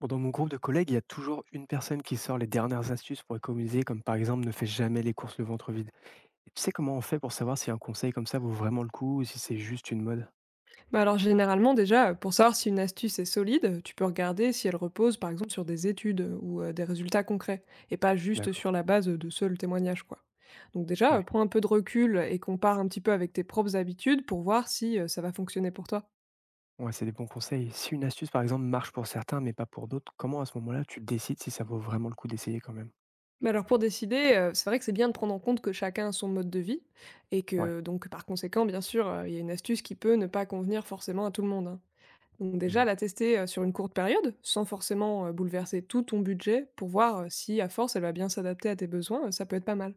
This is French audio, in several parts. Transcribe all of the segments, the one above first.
Bon, dans mon groupe de collègues, il y a toujours une personne qui sort les dernières astuces pour économiser, comme par exemple ne fais jamais les courses le ventre vide. Et tu sais comment on fait pour savoir si un conseil comme ça vaut vraiment le coup ou si c'est juste une mode. Bah alors généralement déjà, pour savoir si une astuce est solide, tu peux regarder si elle repose par exemple sur des études, ou des résultats concrets et pas juste D'accord, sur la base, de seuls témoignages quoi. Donc déjà, ouais. prends un peu de recul et compare un petit peu avec tes propres habitudes pour voir si, ça va fonctionner pour toi. Ouais, c'est des bons conseils. Si une astuce, par exemple, marche pour certains mais pas pour d'autres, comment à ce moment-là tu décides si ça vaut vraiment le coup d'essayer quand même. Mais alors pour décider, c'est vrai que c'est bien de prendre en compte que chacun a son mode de vie et Ouais. que donc par conséquent bien sûr, il y a une astuce qui peut ne pas convenir forcément à tout le monde, hein. Donc déjà, Mhm. la tester, sur une courte période, sans forcément, bouleverser tout ton budget pour voir, si à force elle va bien s'adapter à tes besoins, ça peut être pas mal.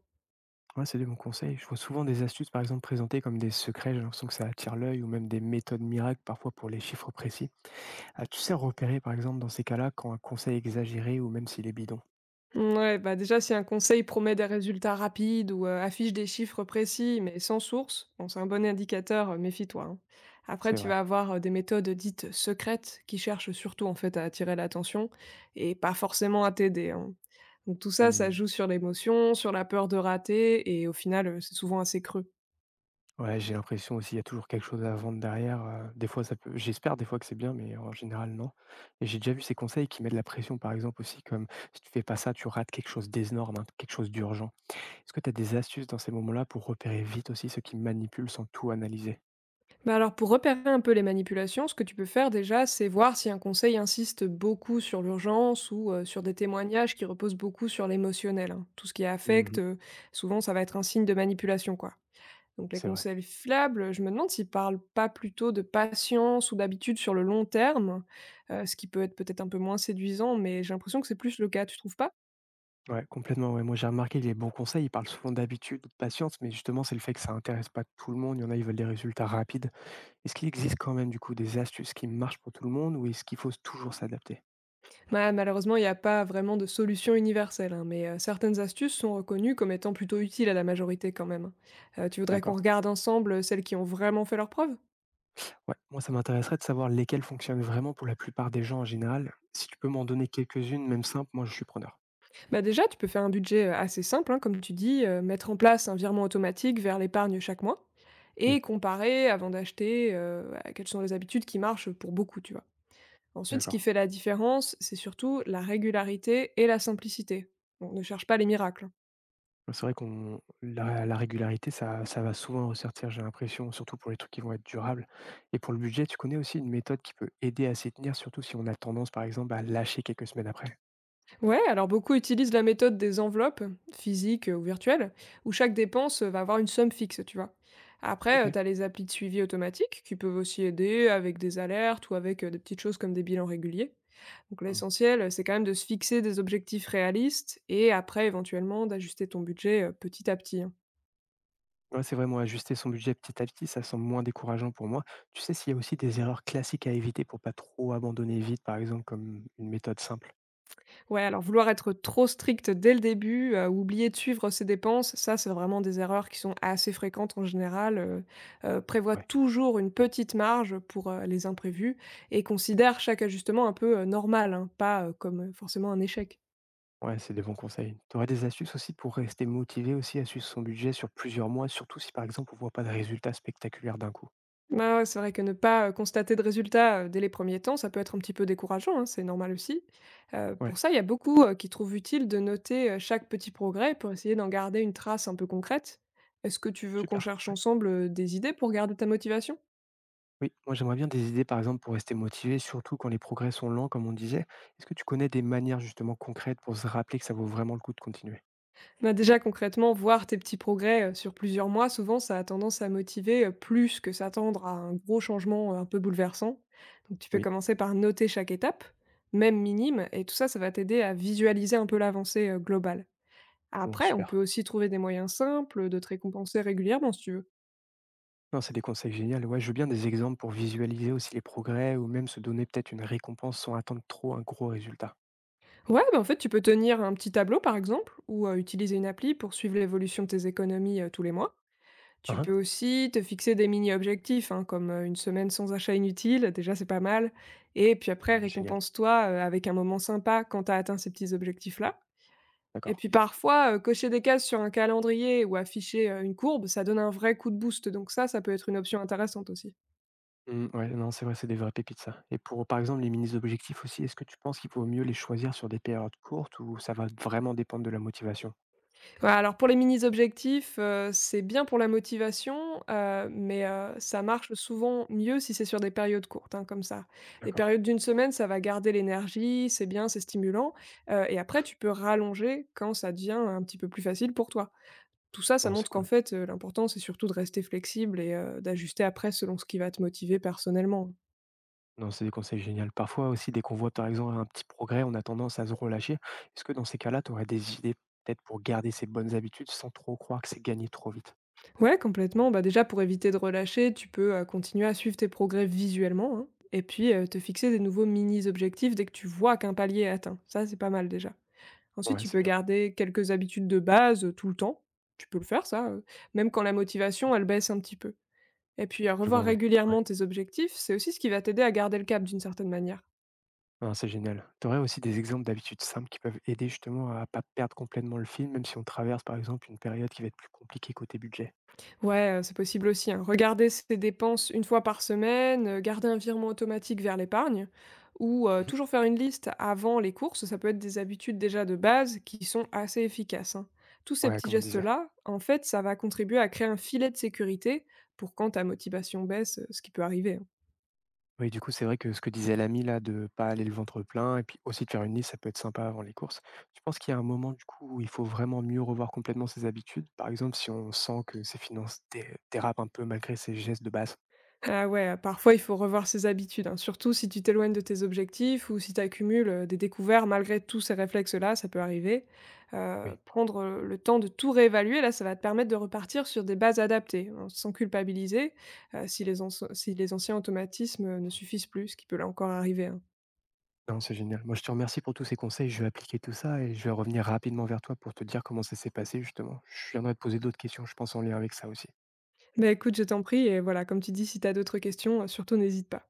Ouais, c'est des bons conseils. Je vois souvent des astuces, par exemple, présentées comme des secrets, j'ai l'impression que ça attire l'œil, ou même des méthodes miracles parfois pour les chiffres précis. Ah, tu sais repérer, par exemple, dans ces cas-là, quand un conseil est exagéré ou même s'il est bidon. Ouais bah, déjà si un conseil promet des résultats rapides ou, affiche des chiffres précis mais sans source, bon c'est un bon indicateur, méfie-toi, hein. Après C'est tu vas vrai. avoir, des méthodes dites «secrètes» qui cherchent surtout en fait à attirer l'attention et pas forcément à t'aider, hein. Donc tout ça, ça Mmh. joue sur l'émotion, sur la peur de rater et au final, c'est souvent assez creux. Ouais, j'ai l'impression aussi, il y a toujours quelque chose à vendre derrière, des fois ça peut j'espère des fois que c'est bien, mais en général non, et j'ai déjà vu ces conseils qui mettent la pression, par exemple aussi comme: «Si tu fais pas ça, tu rates quelque chose d'énorme, hein, quelque chose d'urgent». Est-ce que tu as des astuces dans ces moments-là pour repérer vite aussi ceux qui manipulent sans tout analyser? Bah alors pour repérer un peu les manipulations, ce que tu peux faire déjà, c'est voir si un conseil insiste beaucoup sur l'urgence ou sur des témoignages qui reposent beaucoup sur l'émotionnel, hein. Tout ce qui affecte, Mmh. Souvent ça va être un signe de manipulation, quoi. Donc les C'est vrai. conseils fiables, je me demande s'ils parlent pas plutôt de patience ou d'habitude sur le long terme, ce qui peut être peut-être un peu moins séduisant, mais j'ai l'impression que c'est plus le cas, tu trouves pas? Ouais, complètement, ouais. Moi, j'ai remarqué que les bons conseils, ils parlent souvent d'habitude de patience, mais justement, c'est le fait que ça intéresse pas tout le monde. Il y en a, ils veulent des résultats rapides. Est-ce qu'il existe quand même, du coup, des astuces qui marchent pour tout le monde ou est-ce qu'il faut toujours s'adapter? Bah, malheureusement, il n'y a pas vraiment de solution universelle, hein, mais certaines astuces sont reconnues comme étant plutôt utiles à la majorité quand même. Tu voudrais qu'on D'accord. regarde ensemble celles qui ont vraiment fait leurs preuves? Ouais, moi ça m'intéresserait de savoir lesquelles fonctionnent vraiment pour la plupart des gens en général. Si tu peux m'en donner quelques-unes, même simples, moi je suis preneur. Bah déjà, tu peux faire un budget assez simple, hein, comme tu dis, mettre en place un virement automatique vers l'épargne chaque mois et Oui, comparer avant d'acheter à quelles sont les habitudes qui marchent pour beaucoup, tu vois. Ensuite, ce d'accord. qui fait la différence, c'est surtout la régularité et la simplicité. On ne cherche pas les miracles, hein. C'est vrai qu'on la régularité, ça va souvent ressortir, j'ai l'impression, surtout pour les trucs qui vont être durables. Et pour le budget, tu connais aussi une méthode qui peut aider à s'y tenir, surtout si on a tendance, par exemple, à lâcher quelques semaines après. Ouais, alors beaucoup utilisent la méthode des enveloppes, physiques ou virtuelles, où chaque dépense va avoir une somme fixe, tu vois. Ok. Après, tu as les applis de suivi automatique qui peuvent aussi aider avec des alertes ou avec des petites choses comme des bilans réguliers. Donc Hmm. l'essentiel, c'est quand même de se fixer des objectifs réalistes et après éventuellement d'ajuster ton budget petit à petit, hein. Ouais, c'est vraiment ajuster son budget petit à petit, ça semble moins décourageant pour moi. Tu sais s'il y a aussi des erreurs classiques à éviter pour pas trop abandonner vite, par exemple, comme une méthode simple. Ouais, alors vouloir être trop strict dès le début, ou oublier de suivre ses dépenses, ça, c'est vraiment des erreurs qui sont assez fréquentes en général. Prévois Ouais. toujours une petite marge pour, les imprévus et considère chaque ajustement un peu, normal, hein, pas, comme forcément un échec. Ouais, c'est des bons conseils. Tu aurais des astuces aussi pour rester motivé aussi à suivre son budget sur plusieurs mois, surtout si par exemple on voit pas de résultats spectaculaires d'un coup. Bah, ouais, c'est vrai que ne pas, constater de résultats, dès les premiers temps, ça peut être un petit peu décourageant, hein, c'est normal aussi. Pour Ouais, ça, il y a beaucoup, qui trouvent utile de noter, chaque petit progrès pour essayer d'en garder une trace un peu concrète. Est-ce que tu veux qu'on super. cherche Ouais. ensemble, des idées pour garder ta motivation? Oui, moi j'aimerais bien des idées par exemple pour rester motivé, surtout quand les progrès sont lents, comme on disait. Est-ce que tu connais des manières justement concrètes pour se rappeler que ça vaut vraiment le coup de continuer. Bah, déjà concrètement, voir tes petits progrès, sur plusieurs mois, souvent ça a tendance à motiver, plus que s'attendre à un gros changement, un peu bouleversant. Donc tu peux Oui, commencer par noter chaque étape, même minime et tout ça, ça va t'aider à visualiser un peu l'avancée, globale. bon, Après, on super. peut aussi trouver des moyens simples de te récompenser régulièrement si tu veux. Non, c'est des conseils géniaux. Ouais, je veux bien des exemples pour visualiser aussi les progrès ou même se donner peut-être une récompense sans attendre trop un gros résultat. Ouais, bah en fait, tu peux tenir un petit tableau par exemple, ou utiliser une appli pour suivre l'évolution de tes économies tous les mois. Tu Hein. peux aussi te fixer des mini-objectifs, hein, comme une semaine sans achat inutile, déjà c'est pas mal. Et puis après, génial. récompense-toi avec un moment sympa quand tu as atteint ces petits objectifs-là. Et D'accord. puis parfois, cocher des cases sur un calendrier ou afficher une courbe, ça donne un vrai coup de boost. Donc ça peut être une option intéressante aussi. Mmh, ouais, non, c'est vrai, c'est des vraies pépites ça. Et pour, par exemple, les mini-objectifs aussi, est-ce que tu penses qu'il vaut mieux les choisir sur des périodes courtes ou ça va vraiment dépendre de la motivation? Ouais, alors pour les mini-objectifs, c'est bien pour la motivation, mais ça marche souvent mieux si c'est sur des périodes courtes, hein, comme ça. Les D'accord. périodes d'une semaine, ça va garder l'énergie, c'est bien, c'est stimulant, et après tu peux rallonger quand ça devient un petit peu plus facile pour toi. Tout ça, ça Bon, c'est montre qu'en cool. fait, l'important c'est surtout de rester flexible et d'ajuster après selon ce qui va te motiver personnellement. Non, c'est des conseils géniaux. Parfois aussi, dès qu'on voit par exemple un petit progrès, on a tendance à se relâcher. Est-ce que dans ces cas-là, tu aurais des idées peut-être pour garder ces bonnes habitudes sans trop croire que c'est gagné trop vite? Ouais, complètement. Bah, déjà, pour éviter de relâcher, tu peux continuer à suivre tes progrès visuellement, hein, et puis te fixer des nouveaux mini-objectifs dès que tu vois qu'un palier est atteint. Ça, c'est pas mal déjà. Ensuite, Ouais, tu c'est peux bien. garder quelques habitudes de base tout le temps. Tu peux le faire, ça, même quand la motivation, elle baisse un petit peu. Et puis, Je revoir vois, ouais. Ouais. régulièrement tes objectifs, c'est aussi ce qui va t'aider à garder le cap d'une certaine manière. Non, c'est génial. Tu aurais aussi des exemples d'habitudes simples qui peuvent aider justement à pas perdre complètement le fil, même si on traverse par exemple une période qui va être plus compliquée côté budget. Ouais, c'est possible aussi, hein. Regarder ses dépenses une fois par semaine, garder un virement automatique vers l'épargne ou Mhm. toujours faire une liste avant les courses, ça peut être des habitudes déjà de base qui sont assez efficaces, hein. Tous ces Ouais, petits comme on disait. gestes-là, en fait, ça va contribuer à créer un filet de sécurité pour quand ta motivation baisse, ce qui peut arriver, hein. Oui, du coup, c'est vrai que ce que disait l'ami là, de pas aller le ventre plein et puis aussi de faire une liste, ça peut être sympa avant les courses. Tu penses qu'il y a un moment du coup où il faut vraiment mieux revoir complètement ses habitudes? Par exemple, si on sent que ses finances dérapent un peu malgré ses gestes de base. Ah ouais, parfois il faut revoir ses habitudes, hein, surtout si tu t'éloignes de tes objectifs ou si tu accumules, des découvertes malgré tous ces réflexes-là, ça peut arriver. Oui, Prendre, le temps de tout réévaluer, là, ça va te permettre de repartir sur des bases adaptées, hein, sans culpabiliser, si les anci si les anciens automatismes, ne suffisent plus, ce qui peut là encore arriver, hein. non, c'est génial. Moi, je te remercie pour tous ces conseils. Je vais appliquer tout ça et je vais revenir rapidement vers toi pour te dire comment ça s'est passé justement. Je viendrai te poser d'autres questions, je pense en lien avec ça aussi. Bah, écoute, je t'en prie et voilà, comme tu dis, si tu as d'autres questions, surtout n'hésite pas.